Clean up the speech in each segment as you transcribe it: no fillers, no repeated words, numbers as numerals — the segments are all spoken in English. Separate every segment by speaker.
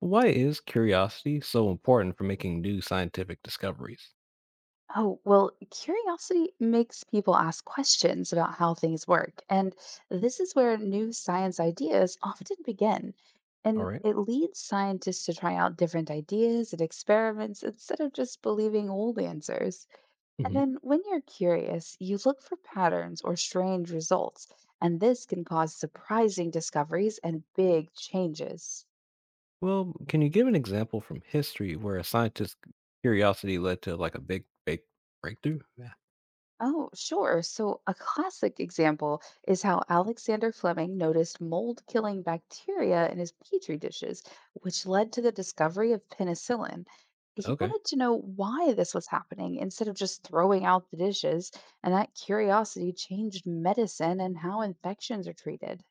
Speaker 1: Why is curiosity so important for making new scientific discoveries?
Speaker 2: Oh, well, curiosity makes people ask questions about how things work. And this is where new science ideas often begin.
Speaker 1: All
Speaker 2: And
Speaker 1: right.
Speaker 2: it leads scientists to try out different ideas and experiments instead of just believing old answers. And
Speaker 1: Hmm.
Speaker 2: then when you're curious, you look for patterns or strange results. And this can cause surprising discoveries and big changes.
Speaker 1: Well, can you give an example from history where a scientist's curiosity led to like a big, big breakthrough? Yeah.
Speaker 2: Oh, sure. So, a classic example is how Alexander Fleming noticed mold killing bacteria in his petri dishes, which led to the discovery of penicillin. He
Speaker 1: Okay.
Speaker 2: wanted to know why this was happening instead of just throwing out the dishes, and that curiosity changed medicine and how infections are treated.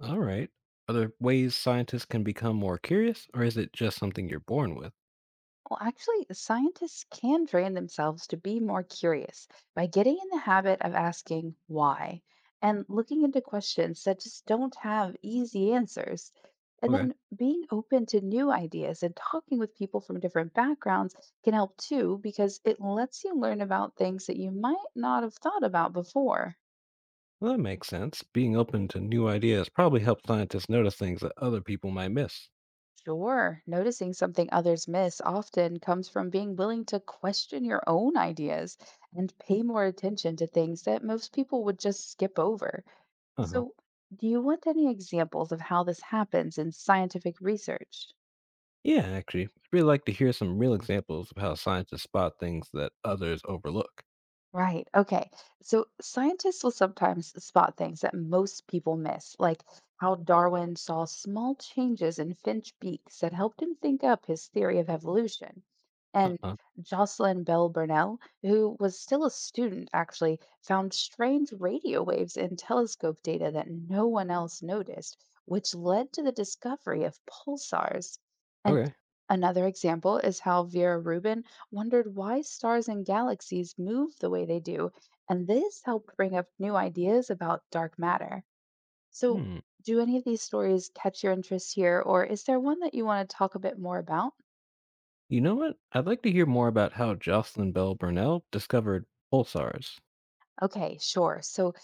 Speaker 1: All right. Are there ways scientists can become more curious, or is it just something you're born with?
Speaker 2: Well, actually, scientists can train themselves to be more curious by getting in the habit of asking why and looking into questions that just don't have easy answers. And
Speaker 1: Okay.
Speaker 2: then being open to new ideas and talking with people from different backgrounds can help too, because it lets you learn about things that you might not have thought about before.
Speaker 1: Well, that makes sense. Being open to new ideas probably helps scientists notice things that other people might miss.
Speaker 2: Sure, noticing something others miss often comes from being willing to question your own ideas and pay more attention to things that most people would just skip over.
Speaker 1: Uh huh.
Speaker 2: So, do you want any examples of how this happens in scientific research?
Speaker 1: Yeah, actually, I'd really like to hear some real examples of how scientists spot things that others overlook.
Speaker 2: Right. Okay. So scientists will sometimes spot things that most people miss, like how Darwin saw small changes in finch beaks that helped him think up his theory of evolution. And
Speaker 1: Uh-uh.
Speaker 2: Jocelyn Bell Burnell, who was still a student, actually found strange radio waves in telescope data that no one else noticed, which led to the discovery of pulsars. And
Speaker 1: Okay.
Speaker 2: another example is how Vera Rubin wondered why stars and galaxies move the way they do, and this helped bring up new ideas about dark matter. So,
Speaker 1: Hmm.
Speaker 2: do any of these stories catch your interest here, or is there one that you want to talk a bit more about?
Speaker 1: You know what? I'd like to hear more about how Jocelyn Bell Burnell discovered pulsars.
Speaker 2: Okay, sure. So,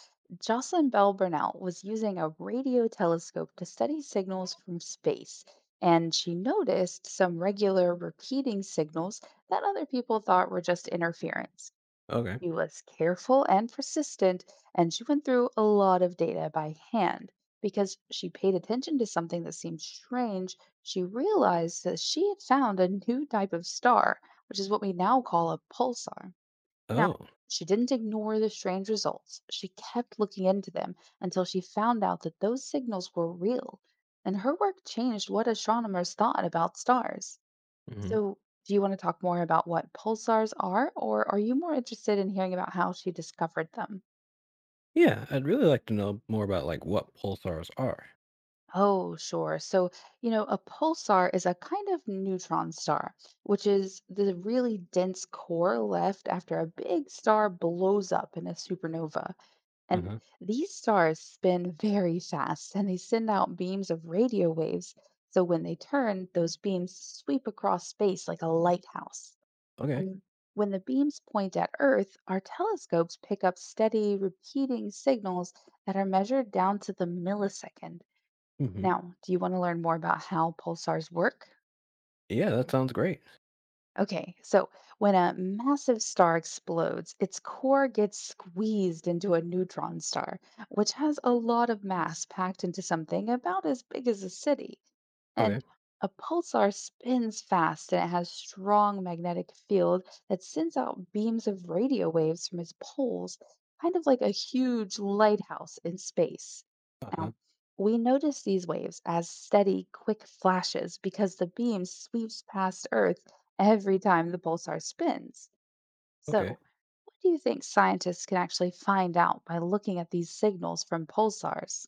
Speaker 2: Jocelyn Bell Burnell was using a radio telescope to study signals from space, and she noticed some regular repeating signals that other people thought were just interference.
Speaker 1: Okay.
Speaker 2: She was careful and persistent, and she went through a lot of data by hand. Because she paid attention to something that seemed strange, she realized that she had found a new type of star, which is what we now call a pulsar. Now,
Speaker 1: Oh.
Speaker 2: she didn't ignore the strange results. She kept looking into them until she found out that those signals were real. And her work changed what astronomers thought about stars.
Speaker 1: Hmm.
Speaker 2: So, do you want to talk more about what pulsars are, or are you more interested in hearing about how she discovered them?
Speaker 1: Yeah, I'd really like to know more about like what pulsars are.
Speaker 2: Oh, sure. So, you know, a pulsar is a kind of neutron star, which is the really dense core left after a big star blows up in a supernova. And
Speaker 1: Uh-huh.
Speaker 2: these stars spin very fast and they send out beams of radio waves. So, when they turn, those beams sweep across space like a lighthouse.
Speaker 1: Okay.
Speaker 2: And when the beams point at Earth, our telescopes pick up steady, repeating signals that are measured down to the millisecond.
Speaker 1: Hmm.
Speaker 2: Now, do you want to learn more about how pulsars work?
Speaker 1: Yeah, that sounds great.
Speaker 2: Okay, so when a massive star explodes, its core gets squeezed into a neutron star, which has a lot of mass packed into something about as big as a city. And
Speaker 1: Okay.
Speaker 2: a pulsar spins fast and it has strong magnetic field that sends out beams of radio waves from its poles, kind of like a huge lighthouse in space.
Speaker 1: Uh-huh.
Speaker 2: Now, we notice these waves as steady, quick flashes because the beam sweeps past Earth every time the pulsar spins.
Speaker 1: Okay.
Speaker 2: So, what do you think scientists can actually find out by looking at these signals from pulsars?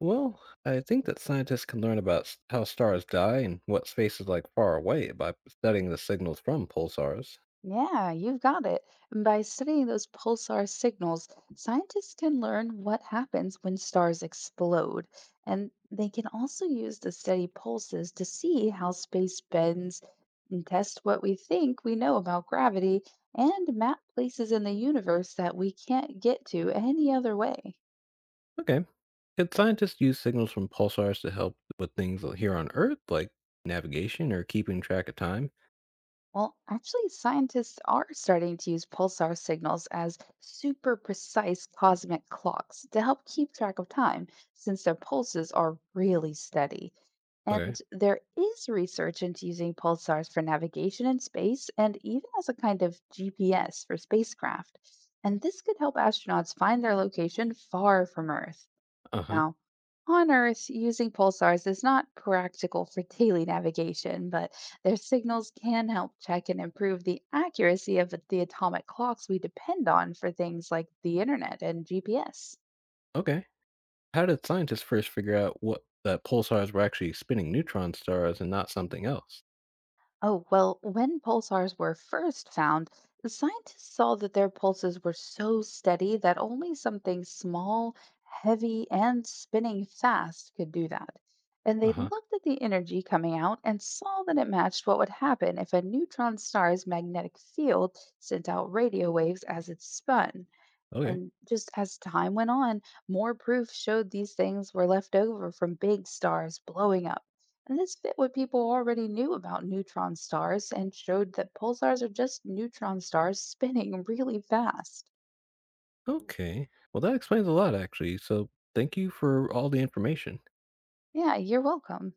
Speaker 1: Well, I think that scientists can learn about how stars die and what space is like far away by studying the signals from pulsars.
Speaker 2: Yeah, you've got it. And by studying those pulsar signals, scientists can learn what happens when stars explode. And they can also use the steady pulses to see how space bends and test what we think we know about gravity and map places in the universe that we can't get to any other way.
Speaker 1: Okay. Can scientists use signals from pulsars to help with things here on Earth, like navigation or keeping track of time?
Speaker 2: Well, actually, scientists are starting to use pulsar signals as super precise cosmic clocks to help keep track of time, since their pulses are really steady.
Speaker 1: Okay.
Speaker 2: And there is research into using pulsars for navigation in space and even as a kind of GPS for spacecraft. And this could help astronauts find their location far from Earth.
Speaker 1: Uh huh.
Speaker 2: Now, on Earth, using pulsars is not practical for daily navigation, but their signals can help check and improve the accuracy of the atomic clocks we depend on for things like the internet and GPS.
Speaker 1: Okay. How did scientists first figure out what that pulsars were actually spinning neutron stars and not something else?
Speaker 2: Oh, well, when pulsars were first found, scientists saw that their pulses were so steady that only something small, heavy, and spinning fast could do that. And
Speaker 1: Uh
Speaker 2: they
Speaker 1: huh.
Speaker 2: looked at the energy coming out and saw that it matched what would happen if a neutron star's magnetic field sent out radio waves as it spun.
Speaker 1: Okay.
Speaker 2: And just as time went on, more proof showed these things were left over from big stars blowing up. And this fit what people already knew about neutron stars and showed that pulsars are just neutron stars spinning really fast.
Speaker 1: Okay. Well, that explains a lot, actually. So thank you for all the information.
Speaker 2: Yeah, you're welcome.